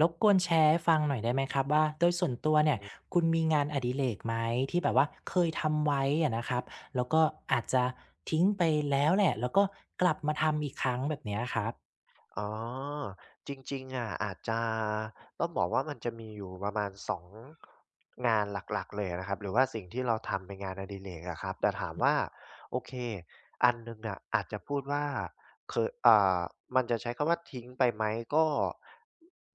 รบกวนแชร์ให้ฟังหน่อยได้ไหมครับว่าโดยส่วนตัวเนี่ยคุณมีงานอดิเรกไหมที่แบบว่าเคยทำไว้อะนะครับแล้วก็อาจจะทิ้งไปแล้วแหละแล้วก็กลับมาทำอีกครั้งแบบเนี้ยครับอ๋อจริงๆอะอาจจะต้องบอกว่ามันจะมีอยู่ประมาณ2งานหลักๆเลยอะนะครับหรือว่าสิ่งที่เราทำเป็นงานอดิเรกอะครับแต่ถามว่าโอเคอันหนึ่งอะอาจจะพูดว่าเคยมันจะใช้คำว่าทิ้งไปไหมก็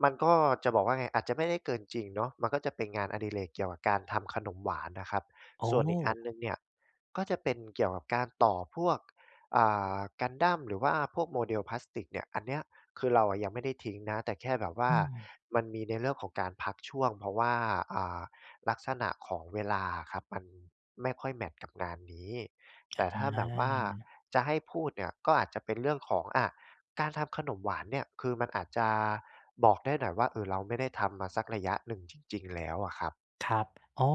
มันก็จะบอกว่าไงอาจจะไม่ได้เกินจริงเนาะมันก็จะเป็นงานอดิเรกเกี่ยวกับการทำขนมหวานนะครับโอส่วนอีกอันหนึ่้งเนี่ยก็จะเป็นเกี่ยวกับการต่อพวกอ่Gundam หรือว่าพวก model พลาสติกเนี่ยอันเนี้ย คือเราอะยังไม่ได้ทิ้งนะแต่แค่แบบว่าอืมมันมีในเรื่องของการพักช่วงเพราะว่าอ่าลักษณะของเวลาอะครับมันไม่ค่อยแมตช์กับงานนี้อแต่ถ้าแบบว่าา จะให้พูดเนี่ยก็อาจจะเป็นเรื่องของอะการทำขนมหวานเนี่ยคือมันอาจจะบอกได้หน่อยว่าเออเราไม่ได้ทำมาสักระยะหนึ่งจริงๆแล้วอะครับครับอ๋อ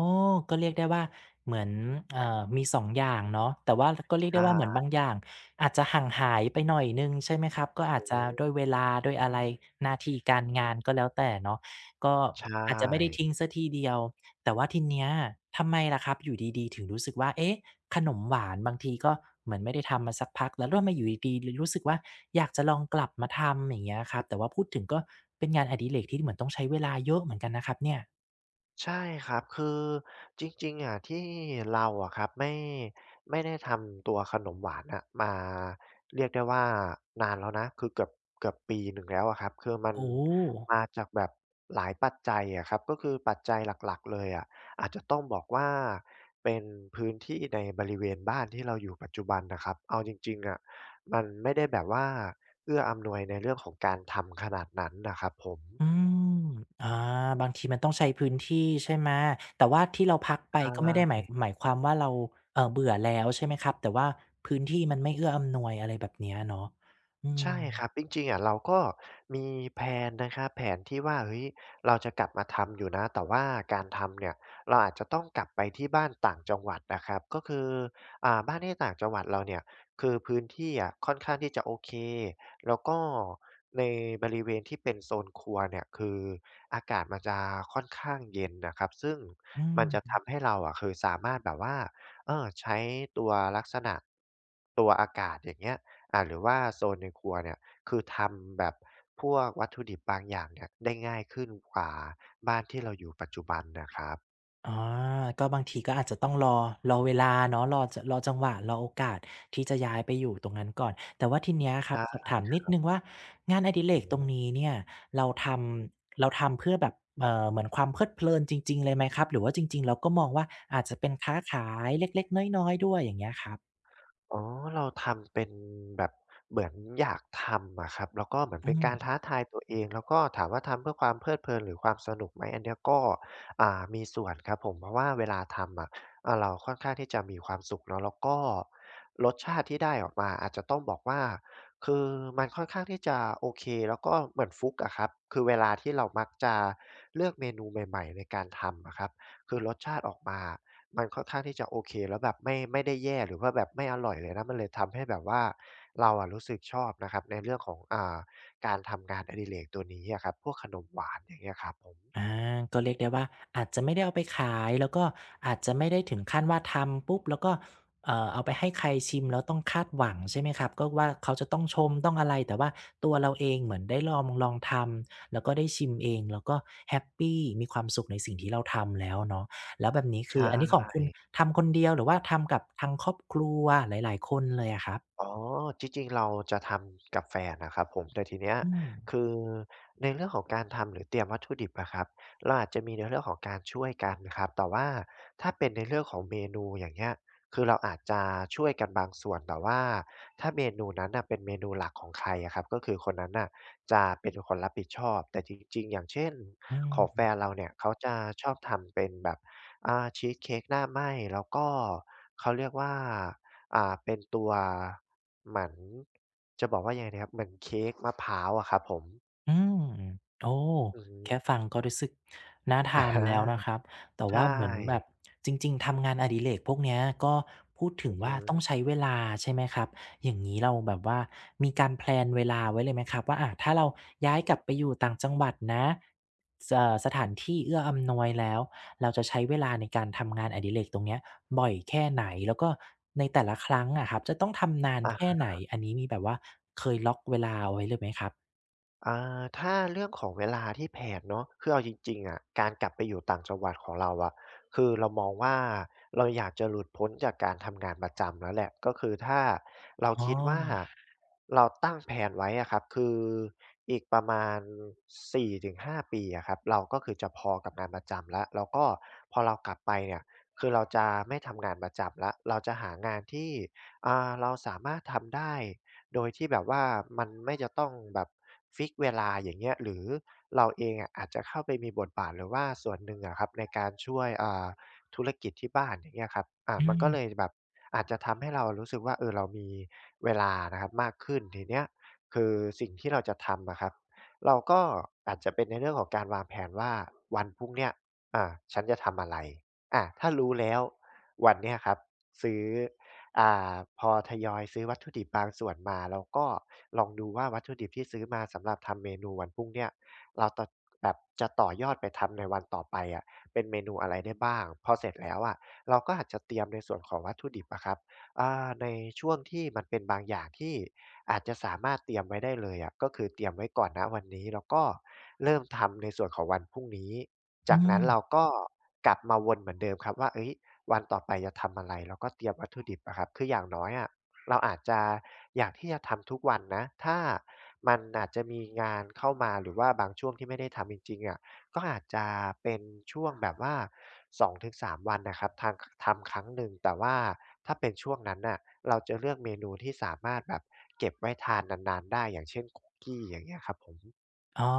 ก็เรียกได้ว่าเหมือนมีสองอย่างเนาะแต่ว่าก็เรียกได้ว่าเหมือาอนบางอย่างอาจจะห่างหายไปหน่อยหนึ่งใช่ไหมครับ อก็อาืจจะอฮึด้วยเวลาด้วยอะไรหน้าที่การงานก็แล้วแต่เนาะก็ใช่ อาจจะไม่ได้ทิ้งเสียทีเดียว แต่ว่าทีเนี้ยทำไมล่ะครับอยู่ดีๆถึงรู้สึกว่าเอ๊ะขนมหวานบางทีก็เหมือนไม่ได้ทำมาสักพักแล้วแล้วทำไมอยู่ดีๆเลยรู้สึกว่าอยากจะลองกลับมาทำอย่างเงี้ยครับแต่ว่าพูดถึงก็เป็นงานอดิเรกที่เหมือนต้องใช้เวลาเยอะเหมือนกันนะครับเนี่ยใช่ครับคือจริงๆอะที่เราอะครับไม่ได้ทำตัวขนมหวานน่ะมาเรียกได้ว่านานแล้วนะคือเกือบปีหนึ่งแล้วอะครับคือมันโอ้ มาจากแบบหลายปัจจัยอะครับก็คือปัจจัยหลักๆเลยอะอาจจะต้องบอกว่าเป็นพื้นที่ในบริเวณบ้านที่เราอยู่ปัจจุบันน่ะครับเอาจริงๆอะมันไม่ได้แบบว่าเอื้ออำนวยในเรื่องของการทำขนาดนั้นน่ะครับผมอืมอาบางทีมันต้องใช้พื้นที่ใช่ไหม แต่ว่าที่เราพักไปอก็ไม่ได้หมายา หมายความว่าเราเบื่อแล้วใช่ไหมครับ แต่ว่าพื้นที่มันไม่เอื้ออำนวยอะไรแบบเนี้ยเนาะอืมใช่ครับจริงๆอะเราก็มีแพลนนะครับแผนที่ว่าเฮ้ยเราจะกลับมาทำอยู่นะแต่ว่าการทำเนี่ยเราอาจจะต้องกลับไปที่บ้านต่างจังหวัดนะครับก็คือบ้านที่ต่างจังหวัดเราเนี่ยคือพื้นที่อะค่อนข้างที่จะโอเคแล้วก็ในบริเวณที่เป็นโซนครัวเนี่ยคืออากาศมันจะค่อนข้างเย็นน่ะครับซึ่งอืมันจะม ทำให้เราอะคือสามารถแบบว่าเออใช้ตัวลักษณะตัวอากาศอย่างเงี้ย หรือว่าโซนในครัวเนี่ยคือทำแบบพวกวัตถุดิบบางอย่างเนี่ยได้ง่ายขึ้นกว่าบ้านที่เราอยู่ปัจจุบันนะครับออก็บางทีก็อาจจะต้องรอเวลาเนาะรอจังหวะรอโอกาสที่จะย้ายไปอยู่ตรงนั้นก่อนแต่ว่าทีเนี้ยครับสอใช่ บถามนิดหนึ่งว่างานอดิเรกตรงนี้เนี่ยเราทเราทำเพื่อแบบเหมือนความเพลิดเพลินจริงๆเลยไหมครับหรือว่าจริงๆเราก็มองว่าอาจจะเป็นค้าขายเล็กๆน้อยๆด้วยอย่างเงี้ยครับอ๋อเราทำเป็นแบบเหมือนอยากทำอะครับแล้วก็เหมือนอืเป็นการท้าม ทายตัวเองแล้วก็ถามว่าทำเพื่อความเพลิดเพลินหรือความสนุกไหมอันเนี้ยก็มีส่วนครับผมเพราะว่าเวลาทำอะเราค่อนข้างที่จะมีความสุขเนาะแล้วก็รสชาติที่ได้ออกมาอาจจะต้องบอกว่าคือมันค่อนข้างที่จะโอเคแล้วก็เหมือนฟลุกอะครับคือเวลาที่เรามักจะเลือกเมนูใหม่ๆในการทำอะครับคือรสชาติออกมา มันค่อนข้างที่จะโอเคแล้วแบบไม่ได้แย่หรือว่าแบบไม่อร่อยเลยนะมันเลยทำให้แบบว่าเราอะรู้สึกชอบนะครับในเรื่องของการทำงานอดิเรกตัวนี้อะครับพวกขนมหวานอย่างเงี้ยครับผมอาก็เรียกได้ว่าอาจจะไม่ได้เอาไปขายแล้วก็อาจจะไม่ได้ถึงขั้นว่าทำปุ๊บแล้วก็เอาไปให้ใครชิมแล้วต้องคาดหวังใช่ไหมครับก็ว่าเขาจะต้องชมต้องอะไรแต่ว่าตัวเราเองเหมือนได้ลองทำแล้วก็ได้ชิมเองแล้วก็แฮปปีมีความสุขในสิ่งที่เราทำแล้วเนาะแล้วแบบนี้ใชคืออันนี้ของคุณ่ ทำคนเดียวหรือว่าทำกับทางครอบครัวหลายๆคนเลยอะครับอ๋อจริงๆเราจะทำกับแฟนนะครับผมแต่ทีเนี้ยอืมคือในเรื่องของการทำหรือเตรียมวัตถุดิบอะครับเราอาจจะมีในเรื่องของการช่วยกันครับแต่ว่าถ้าเป็นในเรื่องของเมนูอย่างเงี้ยคือเราอาจจะช่วยกันบางส่วนแต่ว่าถ้าเมนูนั้นน่ะเป็นเมนูหลักของใครอะครับก็คือคนนั้นน่ะจะเป็นคนรับผิดชอบแต่จริงๆอย่างเช่นอืของแฟม นเราเนี่ยเขาจะชอบทำเป็นแบบชีสเค้กหน้าไหม้แล้วก็เขาเรียกว่าเป็นตัว เหมือนจะบอกว่ายังไงดีครับเหมือนเค้กมะพร้าวอะครับผมอืมโอ้อือฮึ แค่ฟังก็รู้สึกน่าทานแล้วนะ คอารับแต่ว่าใช่เหมือนแบบจริงๆทำงานอดิเรกพวกเนี้ยก็พูดถึอืงอว่าฮึต้องใช้เวลาใช่ไหมครับอย่างนี้เราแบบว่ามีการแพลนเวลาไว้เลยไหมครับว่าอาถ้าเราย้ายกลับไปอยู่ต่างจังหวัดนะสถานที่เอื้ออำนวยแล้วเราจะใช้เวลาในการทำงานอดิเรกตรงเนี้ยบ่อยแค่ไหนแล้วก็ในแต่ละครั้งอะครับจะต้องทำนานอแค่า ไหนอันนี้มีแบบว่าเคยล็อกเวลาเอาไว้เลยไหมครับอ่ถ้าเรื่องของเวลาที่แผนเนาะคือเอาจริงๆอะการกลับไปอยู่ต่างจังหวัดของเราอะคือเรามองว่าเราอยากจะหลุดพ้นจากการทำงานประจำแล้วแหละก็คือถ้าเราอ๋อ คิดว่าเราตั้งแพลนไว้อะครับคืออีกประมาณสี่ถึงห้าปีอะครับเราก็คือจะพอกับงานประจำแล้วแล้วก็พอเรากลับไปเนี่ยคือเราจะไม่ทำงานประจำแล้วเราจะหางานที่เราสามารถทำได้ โดยที่แบบว่ามันไม่จะต้องแบบฟิกเวลาอย่างเงี้ยหรือเราเองอะอาจจะเข้าไปมีบทบาทหรือว่าส่วนหนึ่งอะครับในการช่วยธุรกิจที่บ้านอย่างเงี้ยครับอืมันก็เลมยแบบอาจจะทำให้เรารู้สึกว่าเออเรามีเวลานะครับมากขึ้นทีเนี้ยคือสิ่งที่เราจะทำนะครับเราก็อาจจะเป็นในเรื่องของการวางแผนว่าวันพรุ่งเนี้ยฉันจะทำอะไรอาถ้ารู้แล้ววันเนี้ยครับซื้อ อ่าพอทยอยซื้อวัตถุดิบบางส่วนมาแล้วก็ลองดูว่าวัตถุดิบที่ซื้อมาสำหรับทำเมนูวันพรุ่งเนี่ยเราตะแบบจะต่อยอดไปทำในวันต่อไปอะเป็นเมนูอะไรได้บ้างพอเสร็จแล้วอะเราก็อาจจะเตรียมในส่วนของวัตถุดิบอะครับในช่วงที่มันเป็นบางอย่างที่อาจจะสามารถเตรียมไว้ได้เลยอะก็คือเตรียมไว้ก่อนณวันนี้แล้วก็เริ่มทำในส่วนของวันพรุ่งนี้อืจากนั้นเราม ก็กลับมาวนเหมือนเดิมครับว่าเฮ้ย วันต่อไปจะทำอะไรแล้วก็เตรียมวัตถุดิบอะครับคืออย่างน้อยอะเราอาจจะอยากที่จะทำทุกวันนะถ้ามันอาจจะมีงานเข้ามาหรือว่าบางช่วงที่ไม่ได้ทำจริงๆอะก็อาจจะเป็นช่วงแบบว่า2-3วันนะครับทางคทำครั้งหนึ่งแต่ว่าถ้าเป็นช่วงนั้นน่ะเราจะเลือกเมนูที่สามารถแบบเก็บไว้ทานนานๆได้อย่างเช่นคุกกี้อย่างเงี้ยครับผมอ๋อ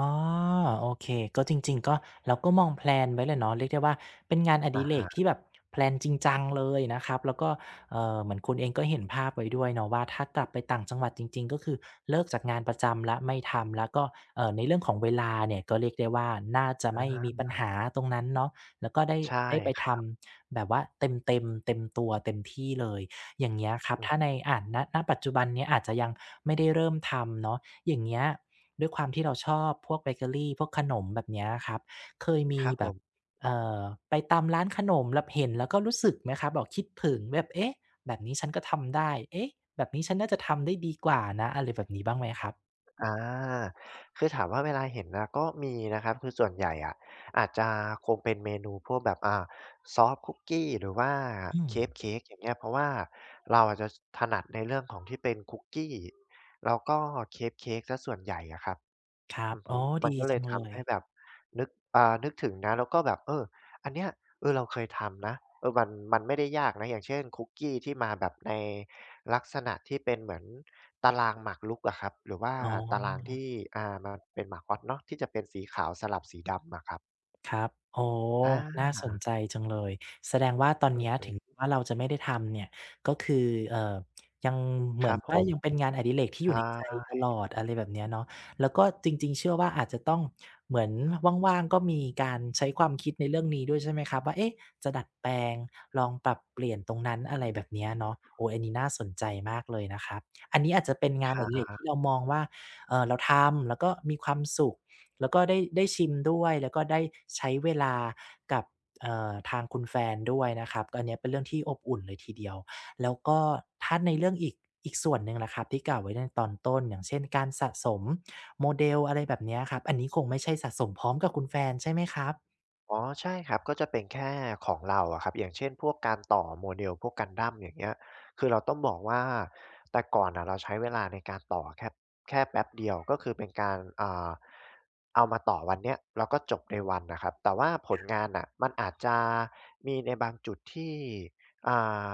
โอเคก็จริงๆก็เราก็มองแพลนไว้เลยเนาะเรียกได้ว่าเป็นงานออะดิเรกฮะที่แบบแพลนจริงจังเลยนะครับแล้วก็เหมือนคุณเองก็เห็นภาพไว้ด้วยเนาะว่าถ้ากลับไปต่างจังหวัดจริงๆก็คือเลิกจากงานประจำแล้วไม่ทำแล้วก็ในเรื่องของเวลาเนี่ยก็เรียกได้ว่าน่าจะอไม่มีปัาญหาตรงนั้นเนาะแล้วก็ใช่ได้ไปครัทบำแบบว่าเต็มๆเต็มตัวเต็มที่เลยอย่างเงี้ยครับอือถ้าในอ่าณปัจจุบันเนี้ยอาจจะยังไม่ได้เริ่มทำเนาะอย่างเงี้ย ด้วยความที่เราชอบพวกเบเกอรีพวกขนมแบบเนี้ยครับเคยคมีรับผแบบม เอ่อไปตามร้านขนมแล้วเห็นแล้วก็รู้สึกไหมครับแบบคิดถึงแบบเอ๊ะแบบนี้ฉันก็ทำได้เอ๊ะแบบนี้ฉันน่าจะทำได้ดีกว่านะอะไรแบบนี้บ้างไหมครับอาคือถามว่าเวลาเห็นนะก็มีนะครับคือส่วนใหญ่อะอาจจะคงเป็นเมนูพวกแบบซอฟต์คุกกี้หรือว่าอืมเคปเค้กอย่างเงี้ยเพราะว่าเราอาจจะถนัดในเรื่องของที่เป็นคุกกี้แล้วก็เคปเค้กเสียส่วนใหญ่อะครับ ครับอือฮึอ๋อมันดีก็เลจัยงเลทำยให้แบบนึกนึกถึงนะ แล้วก็แบบเอออันเนี้ยเออเราเคยทำนะเออมันไม่ได้ยากนะ อย่างเช่นคุกกี้ที่มาแบบในลักษณะที่เป็นเหมือนตารางหมากรุกอะครับ หรือว่าอ๋ตารางอ ที่มันเป็นหมากฮอตเนาะที่จะเป็นสีขาวสลับสีดำอะครับครับโอ้อาน่าสนใจจังเลย แสดงว่าตอนอือเนี้ยฮึถึงว่าเราจะไม่ได้ทำเนี่ยก็คือเอ่อยังเหมือนผว่ามยังเป็นงานอดิเรกที่อใชยู่ในใจ่ตลอดอะไรแบบเนี้ยเนาะแล้วก็จริงๆเชื่อว่าอาจจะต้องเหมือนว่างๆก็มีการใช้ความคิดในเรื่องนี้ด้วยใช่ไหมครับว่าเอ๊ะจะดัดแปลงลองปรับเปลี่ยนตรงนั้นอะไรแบบเนี้ยเนาะโอ้อันนี้น่าสนใจมากเลยนะครับ อันนี้อาจจะเป็นคงานอรัดิเรกบ ที่เรามองว่าเราทำแล้วก็มีความสุข แล้วก็ได้ชิมด้วยแล้วก็ได้ใช้เวลากับทางคุณแฟนด้วยนะครับก็อันเนี้ยเป็นเรื่องที่อบอุ่นเลยทีเดียวแล้วก็ถ้าในเรื่องอีกส่วนหนึ่งล่ะครับที่กล่าวไว้ในตอนต้นอย่างเช่นการสะสมโมเดลอะไรแบบเนี้ยครับอันนี้คงไม่ใช่สะสมพร้อมกับคุณแฟนใช่ไหมครับอ๋อใช่ครับก็จะเป็นแค่ของเราอะครับอย่างเช่นพวกการต่อ model พวก Gundam อย่างเงี้ยคือเราต้องบอกว่าแต่ก่อนน่ะเราใช้เวลาในการต่อแค่แป๊บเดียวก็คือเป็นการเอามาต่อวันเนี้ยแล้วก็จบในวันน่ะครับแต่ว่าผลงานน่ะมันอาจจะมีในบางจุดที่อ่า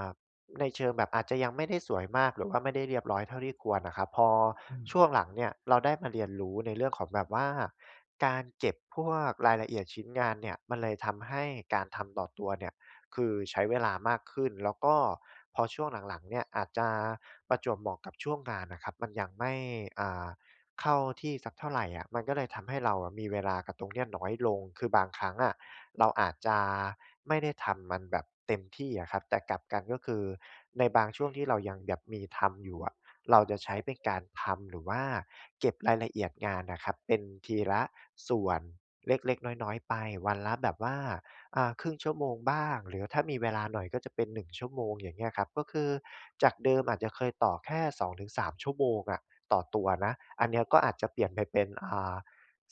ในเชิงแบบอาจจะยังไม่ได้สวยมากหรือว่าไม่ได้เรียบร้อยเท่าที่ควรนะครับพออืมช่วงหลังเนี่ยเราได้มาเรียนรู้ในเรื่องของแบบว่าการเก็บพวกรายละเอียดชิ้นงานเนี่ยมันเลยทำให้การทำต่อตัวเนี่ยคือใช้เวลามากขึ้นแล้วก็พอช่วงหลังๆเนี่ยอาจจะประจวบเหมาะกับช่วงงานน่ะครับมันยังไม่เข้าที่สักเท่าไรอะมันก็เลยทำให้เราอะมีเวลากับตรงเนี้ยน้อยลงคือบางครั้งอะ เราอาจจะไม่ได้ทำมันแบบเต็มที่อะครับแต่กลับกันก็คือในบางช่วงที่เรายังแบบมีทำอยู่อะเราจะใช้เป็นการทำหรือว่าเก็บรายละเอียดงานน่ะครับเป็นทีละส่วนเล็กๆน้อยๆไปวันละแบบว่าครึ่งชั่วโมงบ้างหรือถ้ามีเวลาหน่อยก็จะเป็น1 ชั่วโมงอย่างเงี้ยครับก็คือจากเดิมอาจจะเคยต่อแค่สสองงถึงสามชั่วโมงอะต่อตัวนะอันเนี้ยก็อาจจะเปลี่ยนไปเป็น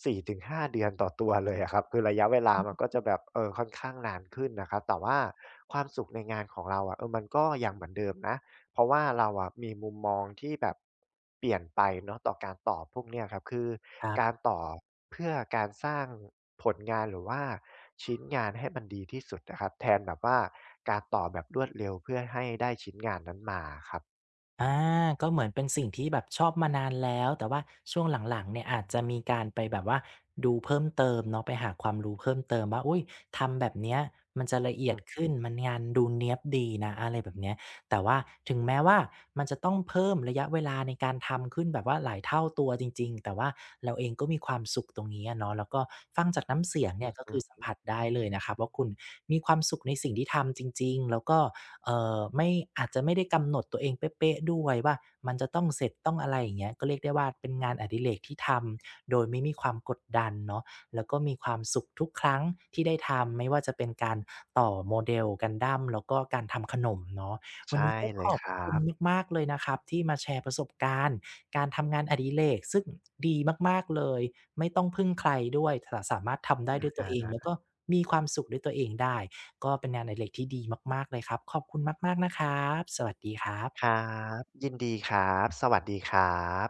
4-5เดือนต่อตัวเลยอะครับคือระยะเวลามันก็จะแบบเออค่อนข้างนานขึ้นนะครับแต่ว่าความสุขในงานของเราอะเออมันก็ยังเหมือนเดิมนะเพราะว่าเราอะมีมุมมองที่แบบเปลี่ยนไปเนาะต่อการต่อพวกเนี้ยครับคือครัการบ ต่อเพื่อการสร้างผลงานหรือว่าชิ้นงานให้มันดีที่สุดอะครับแทนแบบว่าการต่อแบบรวดเร็วเพื่อให้ได้ชิ้นงานนั้นมาอะครับอาก็เหมือนเป็นสิ่งที่แบบชอบมานานแล้วแต่ว่าช่วงหลังๆเนี่ยอาจจะมีการไปแบบว่าดูเพิ่มเติมเนาะไปหาความรู้เพิ่มเติมว่าอุ๊ยทำแบบเนี้ยมันจะละเอียอืดอขึ้นมันงานดูเนี๊ยบดีนะอะไรแบบเนี้ยแต่ว่าถึงแม้ว่ามันจะต้องเพิ่มระยะเวลาในการทำขึ้นแบบว่าหลายเท่าตัวจริงๆแต่ว่าเราเองก็มีความสุขตรงนี้อะเนาะแล้วก็ฟังจากน้ำเสียงอเนี่ยก็ืคือสัมอผัสได้เลยนะครับว่าคุณมีความสุขในสิ่งที่ทำจริงๆแล้วก็ ไม่อาจจะไม่ได้กำหนดตัวเองเป๊ะๆด้วยว่ามันจะต้องเสร็จต้องอะไรอย่างเงี้ยก็เรียกได้ว่าเป็นงานอดิเรกที่ทำโดยไม่มีความกดดันเนาะแล้วก็มีความสุขทุกครั้งที่ได้ทำไม่ว่าจะเป็นการต่อโมเด e กันดั a มแล้วก็การทำขนมเนาะๆวันใช่นี้ก็เลขยอบครัคุณบมากๆเลยนะครับที่มาแชร์ประสบการณ์การทำงานอดิเรกซึ่งดีมากๆเลยไม่ต้องพึ่งใครด้วยสามารถทำได้อะด้วยตัวเองฮะ แล้วก็มีความสุขด้วยตัวเองได้ ก็เป็นงานอดิเรกที่ดีมากๆ เลยครับ ขอบคุณมากๆนะครับสวัสดีครัคบรับยินดีครับสวัสดีครับ